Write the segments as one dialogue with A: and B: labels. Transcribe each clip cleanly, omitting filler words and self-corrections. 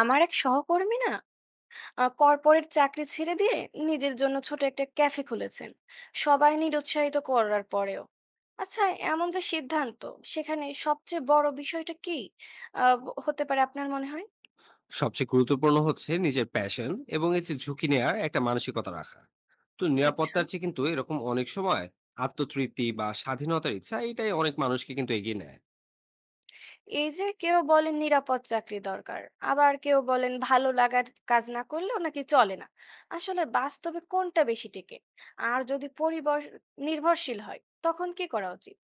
A: আমার এক সহকর্মী না কর্পোরেট চাকরি ছেড়ে দিয়ে নিজের জন্য ছোট একটা ক্যাফে খুলেছেন সবাই নিরুৎসাহিত করার পরেও। আচ্ছা, এমন যে সিদ্ধান্ত, সেখানে সবচেয়ে বড় বিষয়টা কি হতে পারে আপনার মনে হয়?
B: সবচেয়ে গুরুত্বপূর্ণ হচ্ছে নিজের প্যাশন এবং এই যে ঝুঁকি নেওয়ার একটা মানসিকতা রাখা। তো
A: আচ্ছা,
B: নিরাপত্তার চেয়ে কিন্তু এরকম অনেক সময় আত্মতৃপ্তি বা স্বাধীনতার ইচ্ছা এটাই অনেক মানুষকে কিন্তু এগিয়ে নেয়।
A: এই যে কেউ বলেন নিরাপদ চাকরি দরকার, আবার কেউ বলেন ভালো লাগার কাজ না করলে নাকি চলে না, আসলে বাস্তবে কোনটা বেশি টেকে? আর যদি পরিবার নির্ভরশীল হয় তখন কি করা উচিত?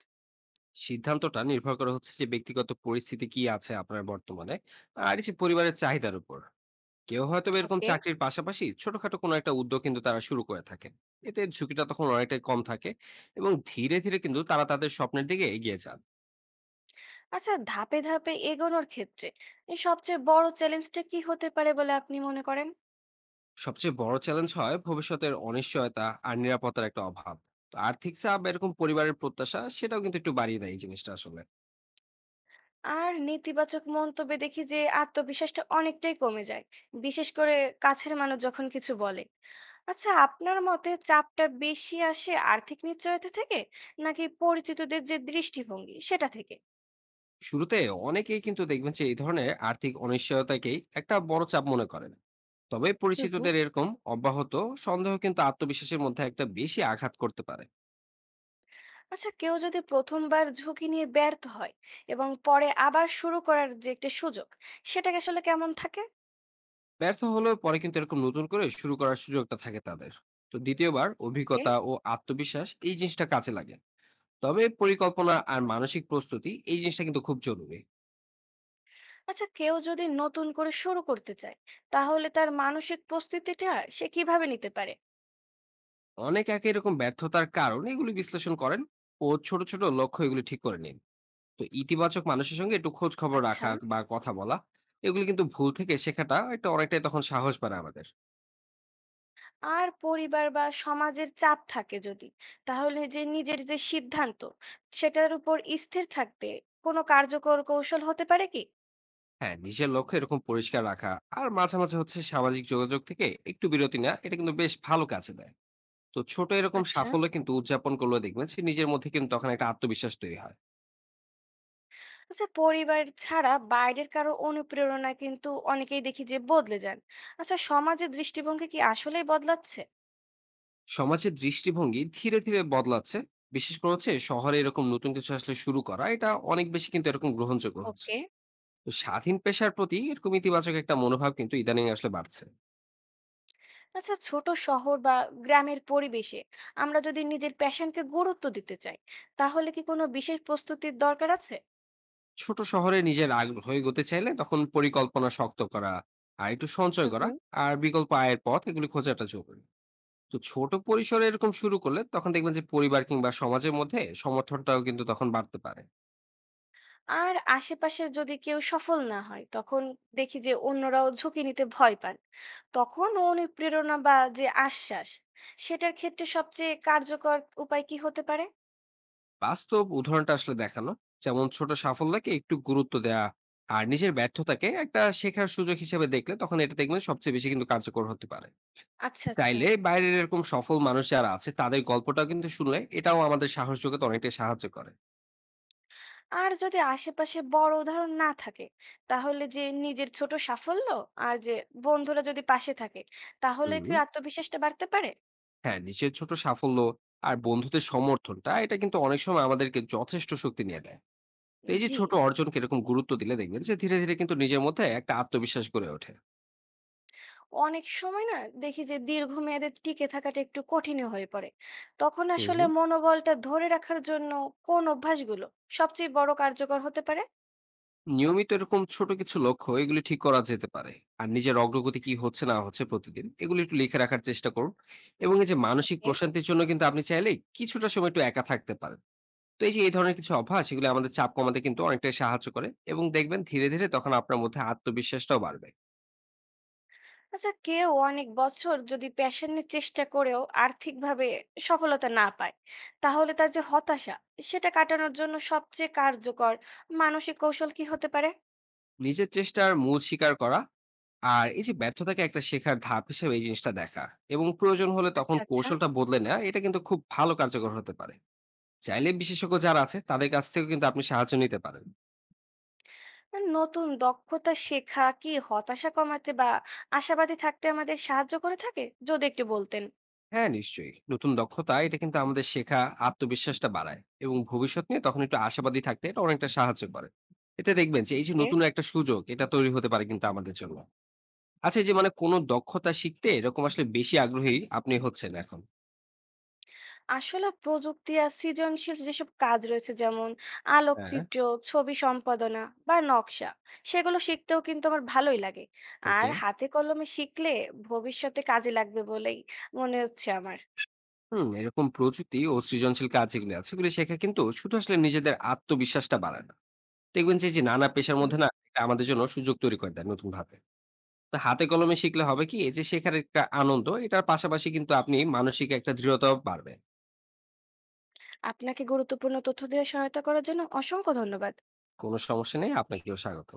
B: সিদ্ধান্তটা নির্ভর করে হচ্ছে যে ব্যক্তিগত পরিস্থিতি কি আছে আপনার বর্তমানে, আর এই যে পরিবারের চাহিদার উপর। কেউ হয়তো বা এরকম
A: ওকে।
B: চাকরির পাশাপাশি ছোটখাটো কোনো একটা উদ্যোগ কিন্তু তারা শুরু করে থাকেন। এতে ঝুঁকিটা তখন অনেকটাই কম থাকে, এবং ধীরে ধীরে কিন্তু তারা তাদের স্বপ্নের দিকে এগিয়ে যান।
A: আচ্ছা, ধাপে ধাপে এগোনোর ক্ষেত্রে এই সবচেয়ে বড় চ্যালেঞ্জটা কি হতে পারে বলে আপনি মনে করেন?
B: সবচেয়ে বড় চ্যালেঞ্জ হয় ভবিষ্যতের অনিশ্চয়তা আর নিরাপত্তার একটা অভাব। তো আর্থিক চাপ, এরকম পরিবারের প্রত্যাশা, সেটাও কিন্তু একটু বাড়িয়ে দেয় এই জিনিসটা আসলে।
A: আর নেতিবাচক মন্তব্যে দেখি যে আত্মবিশ্বাসটা অনেকটাই কমে যায়, বিশেষ করে কাছের মানুষ যখন কিছু বলে। আচ্ছা, আপনার মতে চাপটা বেশি আসে আর্থিক নিশ্চয়তা থেকে, নাকি পরিচিতদের যে দৃষ্টিভঙ্গি সেটা থেকে?
B: শুরুতে অনেকেই কিন্তু দেখবেন যে এই ধরনের আর্থিক অনিশ্চয়তাকেই একটা বড় চাপ মনে করেন। তবে
A: হুম, হুম।
B: পরিচিতদের এরকম অব্যাহত সন্দেহ কিন্তু আত্মবিশ্বাসের মধ্যে একটা বেশি আঘাত করতে পারে।
A: আচ্ছা, কেউ যদি প্রথমবার ঝুঁকি নিয়ে ব্যর্থ হয় এবং পরে আবার শুরু করার যে একটা সুযোগ, সেটাকে আসলে কেমন থাকে?
B: ব্যর্থ হলেও পরে কিন্তু এরকম নতুন করে শুরু করার সুযোগটা থাকে তাদের। তো দ্বিতীয়বার
A: ওকে।
B: অভিজ্ঞতা ও আত্মবিশ্বাস এই জিনিসটা কাজে লাগে। তবে পরিকল্পনা আর মানসিক প্রস্তুতি এই জিনিসটা কিন্তু খুব জরুরি।
A: আচ্ছা, কেউ যদি নতুন করে শুরু করতে চায়, তাহলে তার মানসিক প্রস্তুতিটা সে কিভাবে নিতে পারে?
B: অনেক একে এরকম ব্যর্থতার কারণ এগুলি বিশ্লেষণ করেন ও ছোট ছোট লক্ষ্য এগুলি ঠিক করে নিন। তো ইতিবাচক মানুষের সঙ্গে একটু খোঁজ খবর
A: আচ্ছা,
B: রাখা বা কথা বলা, এগুলি কিন্তু ভুল থেকে শেখাটা এটা অনেকটাই তখন সাহস বাড়ে আমাদের।
A: আর পরিবার বা সমাজের চাপ থাকে যদি, তাহলে যে নিজের যে সিদ্ধান্ত সেটার উপর স্থির থাকতে কোনো কার্যকর কৌশল হতে পারে কি?
B: হ্যাঁ, নিজের লক্ষ্য এরকম পরিষ্কার রাখা, আর মাঝে মাঝে হচ্ছে সামাজিক যোগাযোগ থেকে একটু বিরতি নেওয়া এটা কিন্তু বেশ ভালো কাজে দেয়। তো ছোট এরকম
A: আচ্ছা,
B: সাফল্য কিন্তু উদযাপন করলে দেখবেন যে নিজের মধ্যে কিন্তু তখন একটা আত্মবিশ্বাস তৈরি হয়।
A: আচ্ছা, পরিবার ছাড়া বাইরের কারো অনুপ্রেরণা কিন্তু অনেকেই দেখি যে বদলে যান। আচ্ছা, সমাজের দৃষ্টিভঙ্গি কি আসলেই বদলাচ্ছে?
B: সমাজের দৃষ্টিভঙ্গি ধীরে ধীরে বদলাচ্ছে। বিশেষ করে হচ্ছে শহরে এরকম নতুন কিছু আসলে শুরু করা এটা অনেক বেশি কিন্তু এরকম গ্রহণযোগ্য হচ্ছে।
A: ওকে।
B: তো স্বাধীন পেশার প্রতি এরকম ইতিবাচক একটা মনোভাব কিন্তু ইদানিং আসলে বাড়ছে।
A: আচ্ছা, ছোট শহর বা গ্রামের পরিবেশে আমরা যদি নিজের প্যাশনকে গুরুত্ব দিতে চাই, তাহলে কি কোনো বিশেষ প্রস্তুতির দরকার আছে?
B: ছোট শহরে নিজের আগ্রহ এগোতে চাইলে তখন পরিকল্পনা শক্ত করা, আর একটু
A: হুম,
B: সঞ্চয় করা,
A: হুম।
B: আর বিকল্প আয়ের পথ এগুলি খোঁজাটা জরুরি। তো ছোট পরিসরে এরকম শুরু করলে তখন দেখবেন যে পরিবার কিংবা সমাজের মধ্যে সমর্থনটাও কিন্তু তখন বাড়তে পারে।
A: আর আশেপাশে যদি কেউ সফল না হয় তখন দেখি যে অন্যরাও ঝুঁকি নিতে ভয় পান, তখন অনুপ্রেরণা বা যে আশ্বাস সেটার ক্ষেত্রে সবচেয়ে কার্যকর উপায় কি হতে পারে?
B: বাস্তব উদাহরণটা আসলে দেখানো, যেমন ছোট সাফল্যকে একটু গুরুত্ব দেয়া আর নিজের ব্যর্থতাকে একটা শেখার সুযোগ হিসেবে দেখলে তখন এটা দেখবেন সবচেয়ে বেশি কিন্তু কার্যকর হতে পারে।
A: আচ্ছা, আচ্ছা।
B: চাইলে বাইরের এরকম সফল মানুষ যারা আছে তাদের গল্পটাও কিন্তু শুনলে এটাও আমাদের সাহস যোগাতে অনেকটাই সাহায্য করে।
A: আর যদি আশেপাশে বড় উদাহরণ না থাকে, তাহলে যে নিজের ছোট সাফল্য আর যে বন্ধুরা যদি পাশে থাকে, তাহলে
B: হুম
A: কি আত্মবিশ্বাসটা বাড়তে পারে?
B: হ্যাঁ, নিজের ছোট সাফল্য আর বন্ধুদের সমর্থনটা এটা কিন্তু অনেক সময় আমাদেরকে যথেষ্ট শক্তি নিয়ে দেয়। তো এই যে
A: জি,
B: ছোট অর্জনকে এরকম গুরুত্ব দিলে দেখবেন যে ধীরে ধীরে কিন্তু নিজের মধ্যে একটা আত্মবিশ্বাস গড়ে ওঠে।
A: অনেক সময় না দেখি যে দীর্ঘমেয়াদে টিকে থাকাটা একটু কঠিন হয়ে পড়ে, তখন
B: হুম
A: আসলে মনোবলটা ধরে রাখার জন্য কোন অভ্যাসগুলো সবচেয়ে বড় কার্যকর হতে পারে?
B: নিয়মিত এরকম ছোট কিছু লক্ষ্য এগুলি ঠিক করা যেতে পারে। আর নিজের অগ্রগতি কি হচ্ছে না হচ্ছে প্রতিদিন এগুলি একটু লিখে রাখার চেষ্টা করুন। এবং এই যে মানসিক প্রশান্তির জন্য কিন্তু আপনি চাইলে কিছুটা সময় একটু একা থাকতে পারেন। তো এই যে এই ধরনের কিছু অভ্যাস এগুলো আমাদের চাপ কমাতে কিন্তু অনেকটাই সাহায্য করে, এবং দেখবেন ধীরে ধীরে তখন আপনার মধ্যে আত্মবিশ্বাসটাও বাড়বে।
A: আচ্ছা, কেউ অনেক বছর যদি প্যাশন নিয়ে চেষ্টা করেও আর্থিকভাবে সফলতা না পায়, তাহলে তার যে হতাশা সেটা কাটানোর জন্য সবচেয়ে কার্যকর মানসিক কৌশল কি হতে পারে?
B: নিজের চেষ্টার মূল স্বীকার করা, আর এই যে ব্যর্থতাকে একটা শেখার ধাপ হিসেবে এই জিনিসটা দেখা, এবং প্রয়োজন হলে তখন
A: আচ্ছা, আচ্ছা।
B: কৌশলটা বদলে নেওয়া এটা কিন্তু খুব ভালো কার্যকর হতে পারে। চাইলে বিশেষজ্ঞ যারা আছে তাদের কাছ থেকেও কিন্তু আপনি সাহায্য নিতে পারেন।
A: নতুন দক্ষতা শেখা কি হতাশা কমাতে বা আশাবাদী থাকতে আমাদের সাহায্য করে থাকে, যদি একটু বলতেন।
B: হ্যাঁ, নিশ্চয়ই। নতুন দক্ষতা এটা কিন্তু আমাদের শেখা আত্মবিশ্বাসটা বাড়ায়, এবং ভবিষ্যৎ নিয়ে তখন একটু আশাবাদী থাকতে এটা অনেকটা সাহায্য করে। এতে দেখবেন যে এই যে নতুন একটা সুযোগ এটা তৈরি হতে পারে কিন্তু আমাদের জন্য। আচ্ছা, এই যে মানে কোন দক্ষতা শিখতে এরকম আসলে বেশি আগ্রহী আপনি হচ্ছেন এখন?
A: আসলে প্রযুক্তি আর সৃজনশীল যেসব কাজ রয়েছে, যেমন
B: হ্যাঁ,
A: আলোকচিত্র, ছবি সম্পাদনা বা নকশা, সেগুলো শিখতেও কিন্তু আমার ভালোই লাগে।
B: ওকে।
A: আর হাতে কলমে শিখলে ভবিষ্যতে কাজে লাগবে বলেই মনে হচ্ছে আমার।
B: এরকম প্রযুক্তি ও সৃজনশীল কাজ যেগুলো আছে সেগুলো শেখা কিন্তু শুধু আসলে নিজেদের আত্মবিশ্বাসটা বাড়ায় না। দেখবেন যে এই যে নানা পেশার
A: হুম।
B: মধ্যে না এটা আমাদের জন্য সুযোগ তৈরি করে দেয় নতুনভাবে। তো হাতে কলমে শিখলে হবে কি এই যে শেখার একটা আনন্দ এটার পাশাপাশি কিন্তু আপনি মানসিক একটা দৃঢ়তাও বাড়বে।
A: আপনাকে গুরুত্বপূর্ণ তথ্য দিয়ে সহায়তা করার জন্য অসংখ্য ধন্যবাদ।
B: কোনো সমস্যা নেই। আপনাকেও স্বাগত।